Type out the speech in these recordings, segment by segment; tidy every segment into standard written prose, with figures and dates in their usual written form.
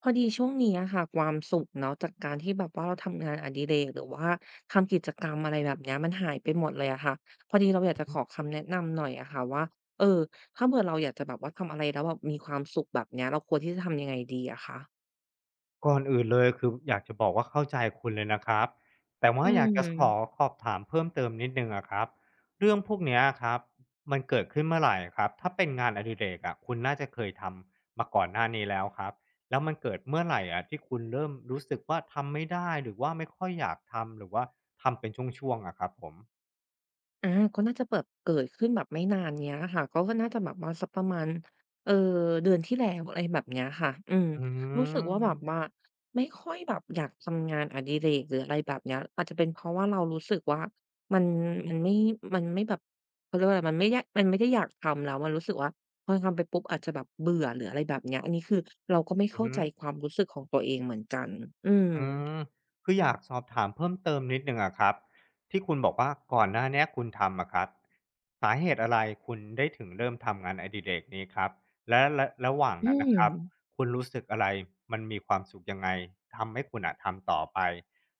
พอดีช่วงนี้อะค่ะความสุขเนาะจากการที่แบบว่าเราทำงานอดิเรกหรือว่าทำกิจกรรมอะไรแบบเนี้ยมันหายไปหมดเลยอะค่ะพอดีเราอยากจะขอคำแนะนำหน่อยอะค่ะว่าเออถ้าเผื่อเราอยากจะแบบว่าทำอะไรแล้วแบบมีความสุขแบบเนี้ยเราควรที่จะทำยังไงดีอะคะก่อนอื่นเลยคืออยากจะบอกว่าเข้าใจคุณเลยนะครับแต่ว่าอือยากจะขอม ขอบถามเพิ่มเติมนิดนึงอะครับเรื่องพวกเนี้ยครับมันเกิดขึ้นเมื่อไหร่ครับถ้าเป็นงานอดิเรกอะคุณน่าจะเคยทำมาก่อนหน้านี้แล้วครับแล้วมันเกิดเมื่อไหร่อะที่คุณเริ่มรู้สึกว่าทำไม่ได้หรือว่าไม่ค่อยอยากทำหรือว่าทำเป็นช่วงๆอะครับผมอาก็น่าจะแบบเกิดขึ้นแบบไม่นานเนี้ยค่ะก็น่าจะแบบว่าสักประมาณเอ่อเดือนที่แล้วอะไรแบบเนี้ยค่ะอืมอืรู้สึกว่าแบบว่ามไม่ค่อยแบบอยากทำงานอดิเรกหรืออะไรแบบเนี้ยอาจจะเป็นเพราะว่าเรารู้สึกว่ามันมันไม่มันไม่แบบเขาเรียกว่าอะไรมันไม่ได้อยากทำแล้วมันรู้สึกว่าพอทำไปปุ๊บอาจจะแบบเบื่อหรืออะไรแบบเนี้ยอันนี้คือเราก็ไม่อืเข้าอ ใจความรู้สึกของตัวเองเหมือนกันอืมอืมคืออยากสอบถามเพิ่มเติมนิดหนึ่งอะครับที่คุณบอกว่าก่อนหน้าเนี้ยคุณทำอะครับสาเหตุอะไรคุณได้ถึงเริ่มทำงานอดิเรกนี้ครับและระหว่างอืนั้นนะมครับคุณรู้สึกอะไรมันมีความสุขยังไงทำให้คุณอะทำต่อไป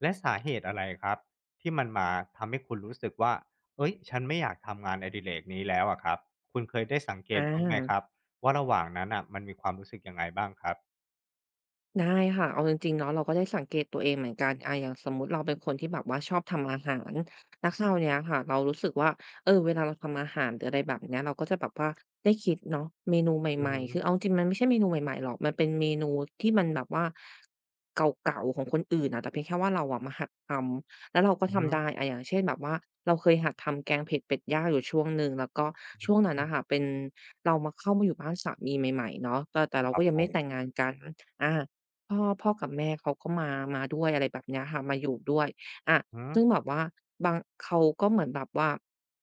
และสาเหตุอะไรครับที่มันมาทำให้คุณรู้สึกว่าเอ้ยฉันไม่อยากทำงานอดิเรกนี้แล้วอะครับคุณเคยได้สังเกอตบ้างไหมครัา บว่าระหว่างนั้นอะมันมีความรู้สึกยังไงบ้างครับได้ค่ะเอาจริงๆเนาะเราก็ได้สังเกตตัวเองเหมือนกันอาอย่างสมมุติเราเป็นคนที่แบบว่าชอบทำอาหารแล้วคราวเนี้ยค่ะเรารู้สึกว่าเออเวลาเราทำอาหารหรืออะไรแบบเนี้ยเราก็จะแบบว่าได้คิดเนาะเมนูใอืหอม่ฮึๆคือเอาจริงมันไม่ใช่เมนูใหม่ๆหรอกมันเป็นเมนูที่มันแบบว่าเก่าๆของคนอื่นอะแต่เพียงแค่ว่าเราอะมาหัดทำแล้วเราก็อือฮึทำได้อะอย่างเช่นแบบว่าเราเคยหัดทำแกงเผ็ดเป็ดย่างอยู่ช่วงหนึ่งแล้วก็ช่วงนั้นอืนะคะมเป็นเรามาเข้ามาอยู่บ้านสามีใหม่ๆเนาะแต่เราครัก็บยังผไม่แต่มงงานกันอา พ่อกับแม่เขาก็มามาด้วยอะไรแบบเนี้ยค่ะมาอยู่ด้วยอาอือฮึ ซึ่งแบบว่าบางเขาก็เหมือนแบบว่า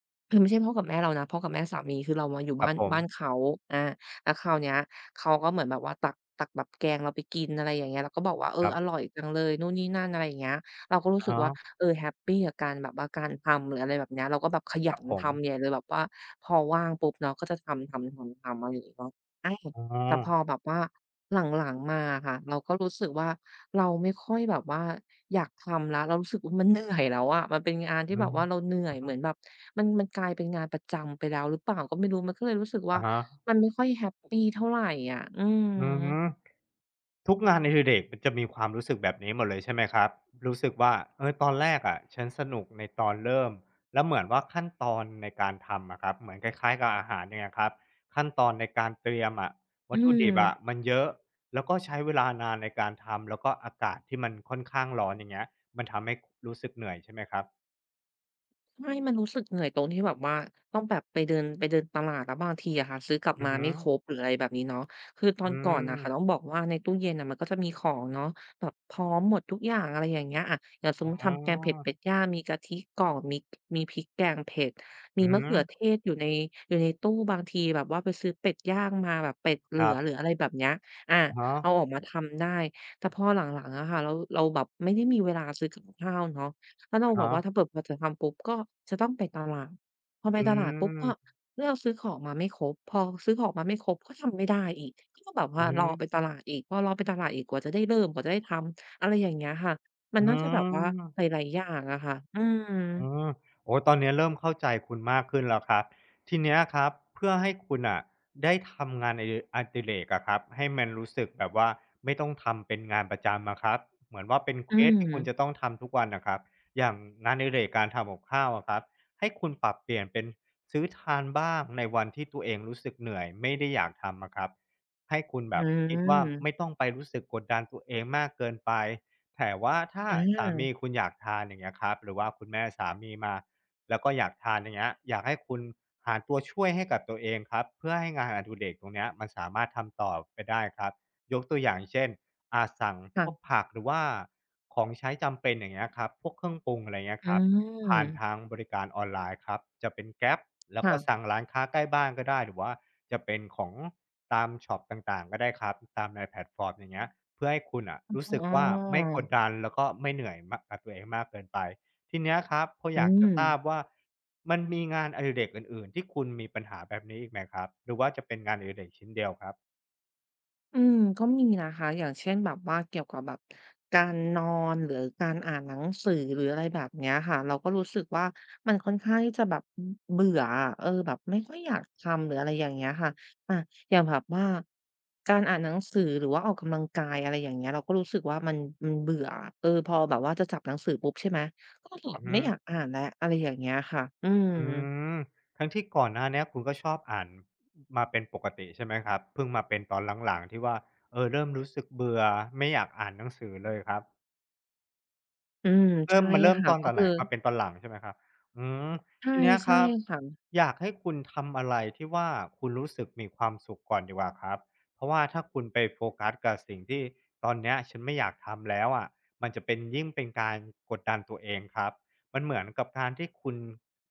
คือไม่ใช่พ่อกับแม่เรานะพ่อกับแม่สามีคือเรามาอยู่ครับ้าบนผมบ้านเขาอาแล้วคราวเนี้ยเขาก็เหมือนแบบว่าตักแบบแกงเราไปกินอะไรอย่างเงี้ยแล้วก็บอกว่าเออครัอบร่อยจังเลยนู่นนี่นั่นอะไรอย่างเงี้ยเราก็รู้อะสึกฮะว่าเออแฮปปีกับการแบบว่าการทำหรืออะไรแบบเนี้ยเราก็แบบขคยัรับนผมทำใหญ่เลยแบบว่าพอว่างปุ๊บเนาะก็จะทำๆๆๆอะไรอย่างงี้เนาะอาอ๋อแต่พอแบบว่า หลังๆมาอะค่ะเราก็รู้สึกว่าเราไม่ค่อยแบบว่าอยากทำแล้วเรารู้สึกว่ามันเหนื่อยแล้วอะมันเป็นงานที่อืแบบม ว่าเราเหนื่อ อืยอเหฮึมือนแบบมันกลายเป็นงานประจำไปแล้วหรือเปล่าก็ไม่รู้มันก็เลยรู้สึกว่าอะฮะมันไม่ค่อยแฮปปีเท่าไรอะอืมอือฮึทุกงานอดิเรกมันจะมีความรู้สึกแบบนี้หมดเลยใช่ไหมครับรู้สึกว่าเออตอนแรกอะฉันสนุกในตอนเริ่มแล้วเหมือนว่าขั้นตอนในการทำอะครับเหมือนคล้ายๆกับอาหารยังไงครับขั้นตอนในการเตรียมอะอืวัตถุม ดิบอะมันเยอะแล้วก็ใช้เวลานานในการทำแล้วก็อากาศที่มันค่อนข้างร้อนอย่างเงี้ยมันทำให้รู้สึกเหนื่อยใช่ไหมครับใช่มันรู้สึกเหนื่อยตรงที่แบบว่าต้องแบบไปเดินตลาดแล้วบางทีอะค่ะซื้อกลับอือมาฮึไม่ครบหรืออะไรแบบนี้เนาะคือตออืนก่อนน่ะค่ะต้องมบอกว่าในตู้เย็นน่ะมันก็จะมีของเนาะแบบพร้อมหมดทุกอย่างอะไรอย่างเงี้ยอะอย่างสมอ๋มุติอทำแกงเผ็ดเป็ดย่างมีกะทิกล่องมีพริกแกงเผ็ดมีอือมะฮึ เขือเทศอยู่ในตู้บางทีแบบว่าไปซื้อเป็ดย่างมาแบบเป็ดเหลืครัอหรืบออะไรแบบเนี้ยอาอะเอาอฮะอกมาทำได้แต่พอหลังๆอะค่ะเราแบบไม่ได้มีเวลาซื้อกับข้าวเนาะ แล้วเราอะแบบฮะว่าถ้าเปิดพอจะทำปุ๊บก็จะต้องไปตลาดพอไปอืตลาดปุ๊บก็มเลือกซื้อของมาไม่ครบพอซื้อของมาไม่ครบก็ทำไม่ได้อีกก็แบบอืว่าอฮึรอไปตลาดอีกพอรอไปตลาดอีกกว่าจะได้เริ่มกว่าจะได้ทำอะไรอย่างเงี้ยค่ะมัอืนน่าจะแบบว่าม หลายๆอย่างอะค่ะอืมอืมโอ้ตอนเนี้ยเริ่มเข้าใจคุณมากขึ้นแล้วครับทีเนี้ยครับเพื่อให้คุณอ่ะได้ทำงานอดิเรกอะครับให้มันรู้สึกแบบว่าไม่ต้องทำเป็นงานประจำอะครับเหมือนว่าเป็นเคอืวสที่คุณจะต้อมงทำทุกวันน่ะครับอย่างงานอดิเรกการทำกับข้าวอะครับให้คุณปรับเปลี่ยนเป็นซื้อทานบ้างในวันที่ตัวเองรู้สึกเหนื่อยไม่ได้อยากทำอะครับให้คุณอืแบบคิดว่าไม่มต้องไปรู้สึกกดดันตัวเองมากเกินไป แต่ว่าถ้าอสามีาคุณอยากทานอย่างเงี้ยครับหรือว่าคุณแม่สามีมาแล้วก็อยากทานอย่างเงี้ยอยากให้คุณหาตัวช่วยให้กับตัวเองครับเพื่อให้งานอดิเรกตรงเนี้ยมันสามารถทำต่อไปได้ครับยกตัวอย่างเช่นอ่จสั่งพวกค่ะผักหรือว่าของใช้จำเป็นอย่างเงี้ยครับพวกเครื่องปรุงอะไรเงี้ยอืครับผ่านทางมบริการออนไลน์ครับจะเป็น Grab แล้วก็สั่ค่ะงร้านค้าใกล้บ้านก็ได้หรือว่าจะเป็นของตามช็อปต่างๆก็ได้ครับตามในแพลตฟอร์มอย่างเงี้ย เพื่อให้คุณอะรู้อ๋สึกว่าไม่อกดดันแล้วก็ไม่เหนื่อยมากกับตัวเองมากเกินไปทีเนี้ยครับพอออืยากจะม ทราบว่ามันมีงานอดิเรกอื่นๆที่คุณมีปัญหาแบบนี้อีกไหมครับหรือว่าจะเป็นงานอดิเรกชิ้นเดียวครับอืมก็มีนะคะอย่างเช่นแบบว่าเกี่ยวกับแบบการนอนหรือการอ่านหนังสือหรืออะไรแบบเนี้ยค่ะเราก็รู้สึกว่ามันค่อนข้างที่จะแบบเบื่ออะเออแบบไม่ค่อยอยากทำหรืออะไรอย่างเงี้ยค่ะอาอย่างแบบว่าการอ่านหนังสือหรือว่าออกกำลังกายอะไรอย่างเงี้ยเราก็รู้สึกว่ามันเบื่ออะเออพอแบบว่าจะจับหนังสือปุ๊บใช่ไหมก็แบอืบอฮึไม่อยากอ่านแล้วอะไรอย่างเงี้ยค่ะอืมอืมทั้งที่ก่อนหน้าเนี้ยคุณก็ชอบอ่านมาเป็นปกติใช่ไหมครับเพิ่งมาเป็นตอนหลังๆที่ว่าเออเริ่มรู้สึกเบื่อไม่อยากอ่านหนังสือเลยครับ อืมเริ่ใช่มมันเริ่มค่ะตอนก็ตอนไหคืนอครับเป็นตอนหลังใช่ไหมครับอืมใช่ทีเนี้ยคใช่รับค่ะอยากให้คุณทำอะไรที่ว่าคุณรู้สึกมีความสุขก่อนดีกว่าครับเพราะว่าถ้าคุณไปโฟกัสกับสิ่งที่ตอนเนี้ยฉันไม่อยากทำแล้วอะมันจะเป็นยิ่งเป็นการกดดันตัวเองครับมันเหมือนกับการที่คุณ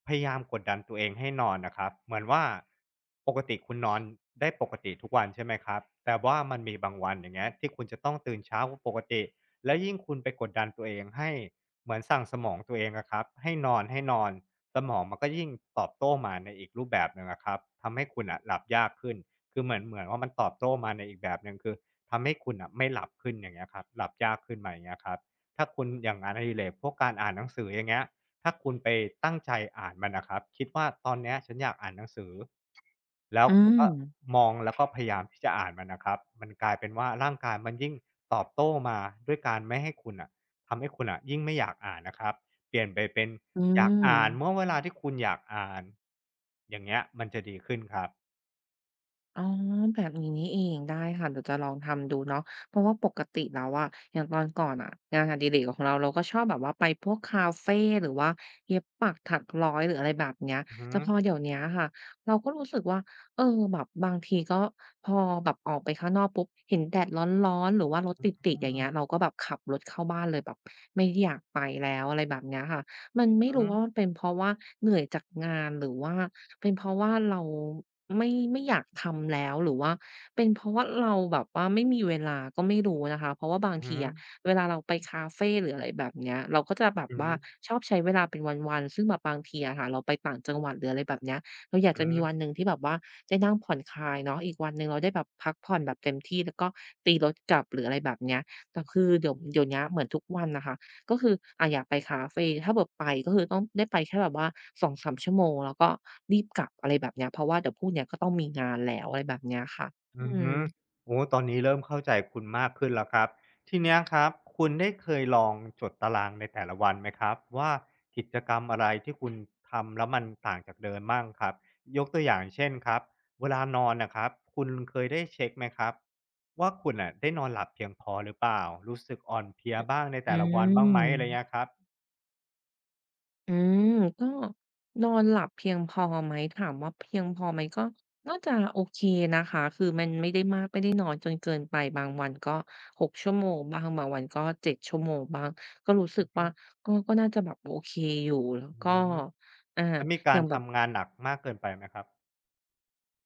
พยายามกดดันตัวเองให้นอนน่ะครับเหมือนว่าปกติคุณนอนได้ปกติทุกวันใช่ไหมครับแต่ว่ามันมีบางวันอย่างเงี้ยที่คุณจะต้องตื่นเช้ากว่าปกติแล้วยิ่งคุณไปกดดันตัวเองให้ เหมือนสั่งสมองตัวเองอะครับให้นอนให้นอนสมองมันก็ยิ่งตอบโต้มาในอีกรูปแบบหนึ่งอะครับทำให้คุณอ่ะหลับยากขึ้นคือเหมือนว่ามันตอบโต้มาในอีกแบบหนึ่งคือทำให้คุณน่ะไม่หลับขึ้นอย่างเงี้ยครับหลับยากขึ้นมาอย่างเงี้ยครับถ้าคุณอย่างงานอดิเรกพวกการอ่านหนังสืออย่างเงี้ยถ้าคุณไปตั้งใจอ่านมันน่ะครับคิดว่าตอนเนี้ยฉันอยากอ่านหนังสือแล้วอืคุณมก็มองแล้วก็พยายามที่จะอ่านมันน่ะครับมันกลายเป็นว่าร่างกายมันยิ่งตอบโต้มาด้วยการไม่ให้คุณน่ะ ทำให้คุณอะยิ่งไม่อยากอ่านนะครับเปลี่ยนไปเป็นอือยากอ่านม เมื่อเวลาที่คุณอยากอ่านอย่างเงี้ยมันจะดีขึ้นครับอ๋อแบบนี้นี่เองได้ค่ะเดี๋ยวจะลองทำดูเนาะเพราะว่าปกติแล้วอะอย่างตอนก่อนอะงานอดิเรกของเราก็ชอบแบบว่าไปพวกคาเฟหรือว่าเย็บปักถักร้อยหรืออะไรแบบเนี้ยอือฮึแต่พอเดี๋ยวเนี้ยค่ะเราก็รู้สึกว่าเออแบบบางทีก็พอแบบออกไปข้างนอกปุ๊บเห็นแดดร้อนๆหรือว่ารถติดอืๆออย่างฮึเงี้ยเราก็แบบขับรถเข้าบ้านเลยแบบไม่อยากไปแล้วอะไรแบบเนี้ยค่ะ มันไม่อือรู้ฮึว่ามันเป็นเพราะว่าเหนื่อยจากงานหรือว่าเป็นเพราะว่าเราไม่อยากทำแล้วหรือว่าเป็นเพราะว่าเราแบบว่าไม่มีเวลาก็ไม่รู้นะคะเพราะว่าบางอือทีฮึอะเวลาเราไปคาเฟหรืออะไรแบบเนี้ยเราก็จะแบบอือฮึว่าชอบใช้เวลาเป็นวันๆซึ่งแบบบางทีอะค่ะเราไปต่างจังหวัดหรืออะไรแบบเนี้ยเราอยากอืจะอมีฮึ วันหนึ่งที่แบบว่าได้นั่งผ่อนคลายเนาะอีกวันหนึ่งเราได้แบบพักผ่อนแบบเต็มที่แล้วก็ตีรถกลับหรืออะไรแบบเนี้ยแต่คือเดี๋ยวเนี้ยเหมือนทุกวันน่ะค่ะ ก็คืออยากไปคาเฟถ้าเกิดไปก็คือต้องได้ไปแค่แบบว่า2-3ชั่วโมงแล้วก็รีบกลับอะไรแบบเนี้ยเพราะว่าเดี๋ยวพรุ่งเนี้ยก็ต้องมีงานแล้วอะไรแบบเนี้ยค่ะอือืมมโอ้ตอนนี้เริ่มเข้าใจคุณมากขึ้นแล้วครับทีเนี้ยครับคุณได้เคยลองจดตารางในแต่ละวันไหมครับว่ากิจกรรมอะไรที่คุณทำแล้วมันต่างจากเดิมบ้างครับยกตัวอย่างเช่นครับเวลานอนนะครับคุณเคยได้เช็คไหมครับว่าคุณอ่ะได้นอนหลับเพียงพอหรือเปล่ารู้สึกอ่อนเพลียบ้างในอืแต่ละวันบ้างไหมอะไรเงี้มยครับอืมก็นอนหลับเพียงพอไหมถามว่าเพียงพอไหมก็น่าจะโอเคนะคะคือมันไม่ได้มากไม่ได้น้อยจนเกินไปบางวันก็6 ชั่วโมงบ้างบางวันก็7ชั่วโมงบ้างก็รู้สึกอืว่าอก็น่าจะแบบโอเคอยู่แล้วอืมก็อ่าแล้วมีอกาย่ารงแบบ ทำงานหนักมากเกินไปไหมครับ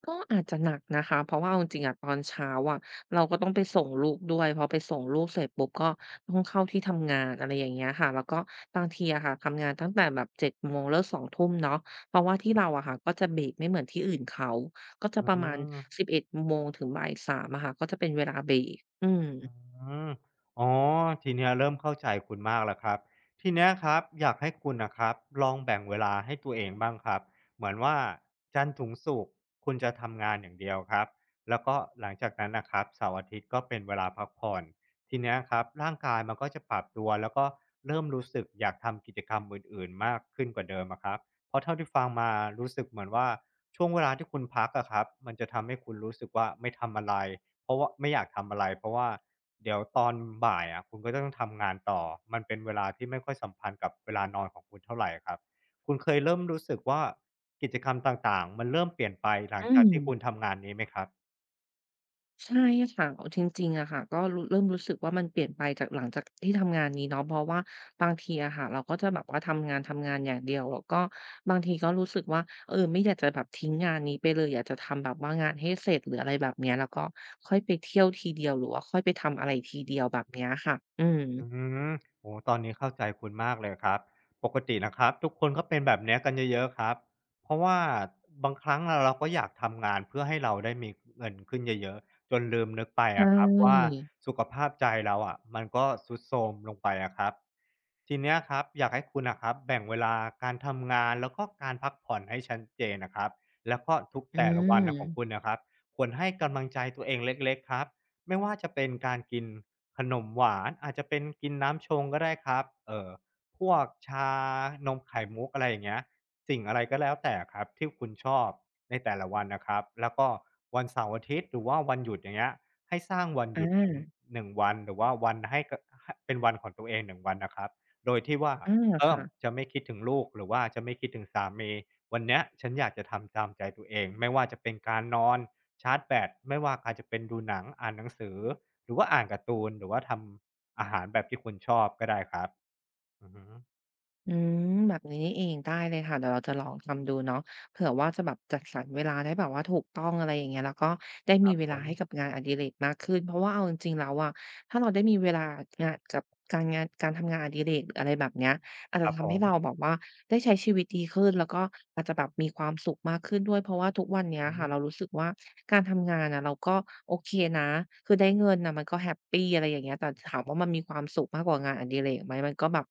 ก็อาจจะหนักนะคะเพราะว่าเอาจริงๆอะตอนเช้าอะเราก็ต้องไปส่งลูกด้วยพอไปส่งลูกเสร็จปุ๊บก็ต้องเข้าที่ทำงานอะไรอย่างเงี้ยค่ะแล้วก็บางทีอะค่ะทำงานตั้งแต่แบบ7โมงเลิก2ทุ่มเนาะเพราะว่าที่เราอะค่ะก็จะเบรกไม่เหมือนที่อื่นเขาก็จะอืประมาณม 11โมงถึงบ่าย3อะค่ะก็จะเป็นเวลาเบรกอืมอืมอ๋อทีเนี้ยเริ่มเข้าใจคุณมากแล้วครับทีเนี้ยครับอยากให้คุณนะครับลองแบ่งเวลาให้ตัวเองบ้างครับเหมือนว่าจันทร์ถึงศุกร์คุณจะทำงานอย่างเดียวครับแล้วก็หลังจากนั้นนะครับเสาร์อาทิตย์ก็เป็นเวลาพักผ่อนทีเนี้ยครับร่างกายมันก็จะปรับตัวแล้วก็เริ่มรู้สึกอยากทำกิจกรรมอื่นๆมากขึ้นกว่าเดิมอะครับเพราะเท่าที่ฟังมารู้สึกเหมือนว่าช่วงเวลาที่คุณพักอะครับมันจะทำให้คุณรู้สึกว่าไม่ทำอะไร เพราะว่าไม่อยากทำอะไรเพราะว่าเดี๋ยวตอนบ่ายอะคุณก็ต้องทำงานต่อมันเป็นเวลาที่ไม่ค่อยสัมพันธ์กับเวลานอนของคุณเท่าไรครับคุณเคยเริ่มรู้สึกว่ากิจกรรมต่างๆมันเริ่มเปลี่ยนไปหลัอืงจากม ที่คุณทำงานนี้ไหมครับ ใช่ค่ะเอาจริงๆอะค่ะก็รู้เริ่มรู้สึกว่ามันเปลี่ยนไปจากหลังจากที่ทำงานนี้เนาะเพราะว่าบางทีอะค่ะเราก็จะแบบว่าทำงานอย่างเดียวแล้วก็บางทีก็รู้สึกว่าไม่อยากจะแบบทิ้งงานนี้ไปเลยอยากจะทำแบบว่างานให้เสร็จหรืออะไรแบบเนี้ยแล้วก็ค่อยไปเที่ยวทีเดียวหรือว่าค่อยไปทำอะไรทีเดียวแบบเนี้ยค่ะอืมอืมโอ้ตอนนี้เข้าใจคุณมากเลยครับปกตินะครับทุกคนก็เป็นแบบเนี้ยกันเยอะๆครับเพราะว่าบางครั้งเราก็อยากทำงานเพื่อให้เราได้มีเงินขึ้นเยอะๆจนลืมนึกไปใชอะครับว่า่สุขภาพใจเราอะมันก็ทรุดโทรมลงไปอะครับทีเนี้ยครับอยากให้คุณนะครับแบ่งเวลาการทำงานแล้วก็การพักผ่อนให้ชัดเจนนะครับแล้วก็ทุกอืแต่ละวันนะของคุณมน่ะครับควรให้กำลังใจตัวเองเล็กๆครับไม่ว่าจะเป็นการกิน ขนมหวานอาจจะเป็นกินน้ำชงก็ได้ครับพวกชานมไข่มุกอะไรอย่างเงี้ยสิ่งอะไรก็แล้วแต่ครับที่คุณชอบในแต่ละวันนะครับแล้วก็วันเสาร์อาทิตย์หรือว่าวันหยุดอย่างเงี้ยให้สร้างวันหอายุดหนึ่งวันหรือว่าวันให้กหเป็นวันของตัวเองหนึ่งวันนะครับโดยที่ว่าอาเอิ่ค่ะ มจะไม่คิดถึงลูกหรือว่าจะไม่คิดถึงสามีวันเนี้ยฉันอยากจะทำตามใจตัวเองไม่ว่าจะเป็นการนอนชาร์จแบตไม่ว่าอาจจะเป็นดูหนังอ่านหนังสือ หรือว่าอ่านการ์ตูนหรือว่าทำอาหารแบบที่คุณชอบก็ได้ครับอือฮึอืมแบบนี้นี่เองได้เลยค่ะเดี๋ยวเราจะลองทำดูเนาะเผื่อว่าจะแบบจัดสรรเวลาได้แบบว่าถูกต้องอะไรอย่างเงี้ยแล้วก็ได้คมีรับเวผลามให้กับงานอดิเรกมากขึ้นเพราะว่าเอาจริงๆแล้วอะถ้าเราได้มีเวลางานกับการงานการทำงานอดิเรกหรืออะไรแบบเนี้ยอาจคจะรับผทำให้เรามแบบว่า ได้ใช้ชีวิตดีขึ้นแล้วก็อาจจะแบบมีความสุขมากขึ้นด้วยเพราะว่าทุกวันเนี้ยอือค่ะฮึเรารู้สึกว่าการทำงานอะเราก็โอเคนะคือได้เงินน่ะมันก็แฮปปีอะไรอย่างเงี้ยแต่ถามว่ามันมีความสุขมากกว่างานอดิเรกไหมมันก็แบบ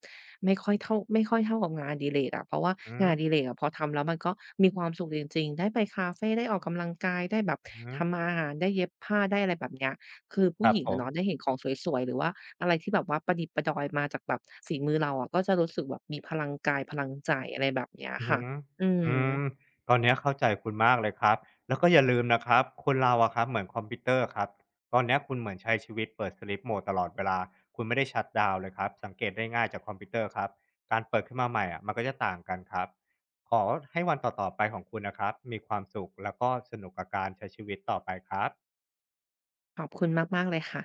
ไม่ค่อยเท่ากับงานอดิเรกอะเพราะว่าอืงานออดิเรกอะพอทำแล้วมันก็มีความสุขจริงๆได้ไปคาเฟได้ออกกำลังกายได้แบบอือฮึทำอาหารได้เย็บผ้าได้อะไรแบบเนี้ยคือคผู้รัหบญิงผอะมเนาะได้เห็นของสวยๆหรือว่า อะไรที่แบบว่าประดิดประดอยมาจากแบบฝีมือเราอะก็จะรู้สึกแบบมีพลังกายพลังใจอะไรแบบเนี้ยอือค่ะฮึอือืมมตอนเนี้ยเข้าใจคุณมากเลยครับแล้วก็อย่าลืมนะครับคนเราอะครับเหมือนคอมพิวเตอร์ครับตอนเนี้ยคุณเหมือนใช้ชีวิตเปิด Sleep Mode ตลอดเวลาคุณไม่ได้ชัตดาวน์เลยครับสังเกตได้ง่ายจากคอมพิวเตอร์ครับการเปิดขึ้นมาใหม่อะมันก็จะต่างกันครับขอให้วันต่อๆไปของคุณนะครับมีความสุขแล้วก็สนุกกับการใช้ชีวิตต่อไปครับขอบคุณมากๆเลยค่ะ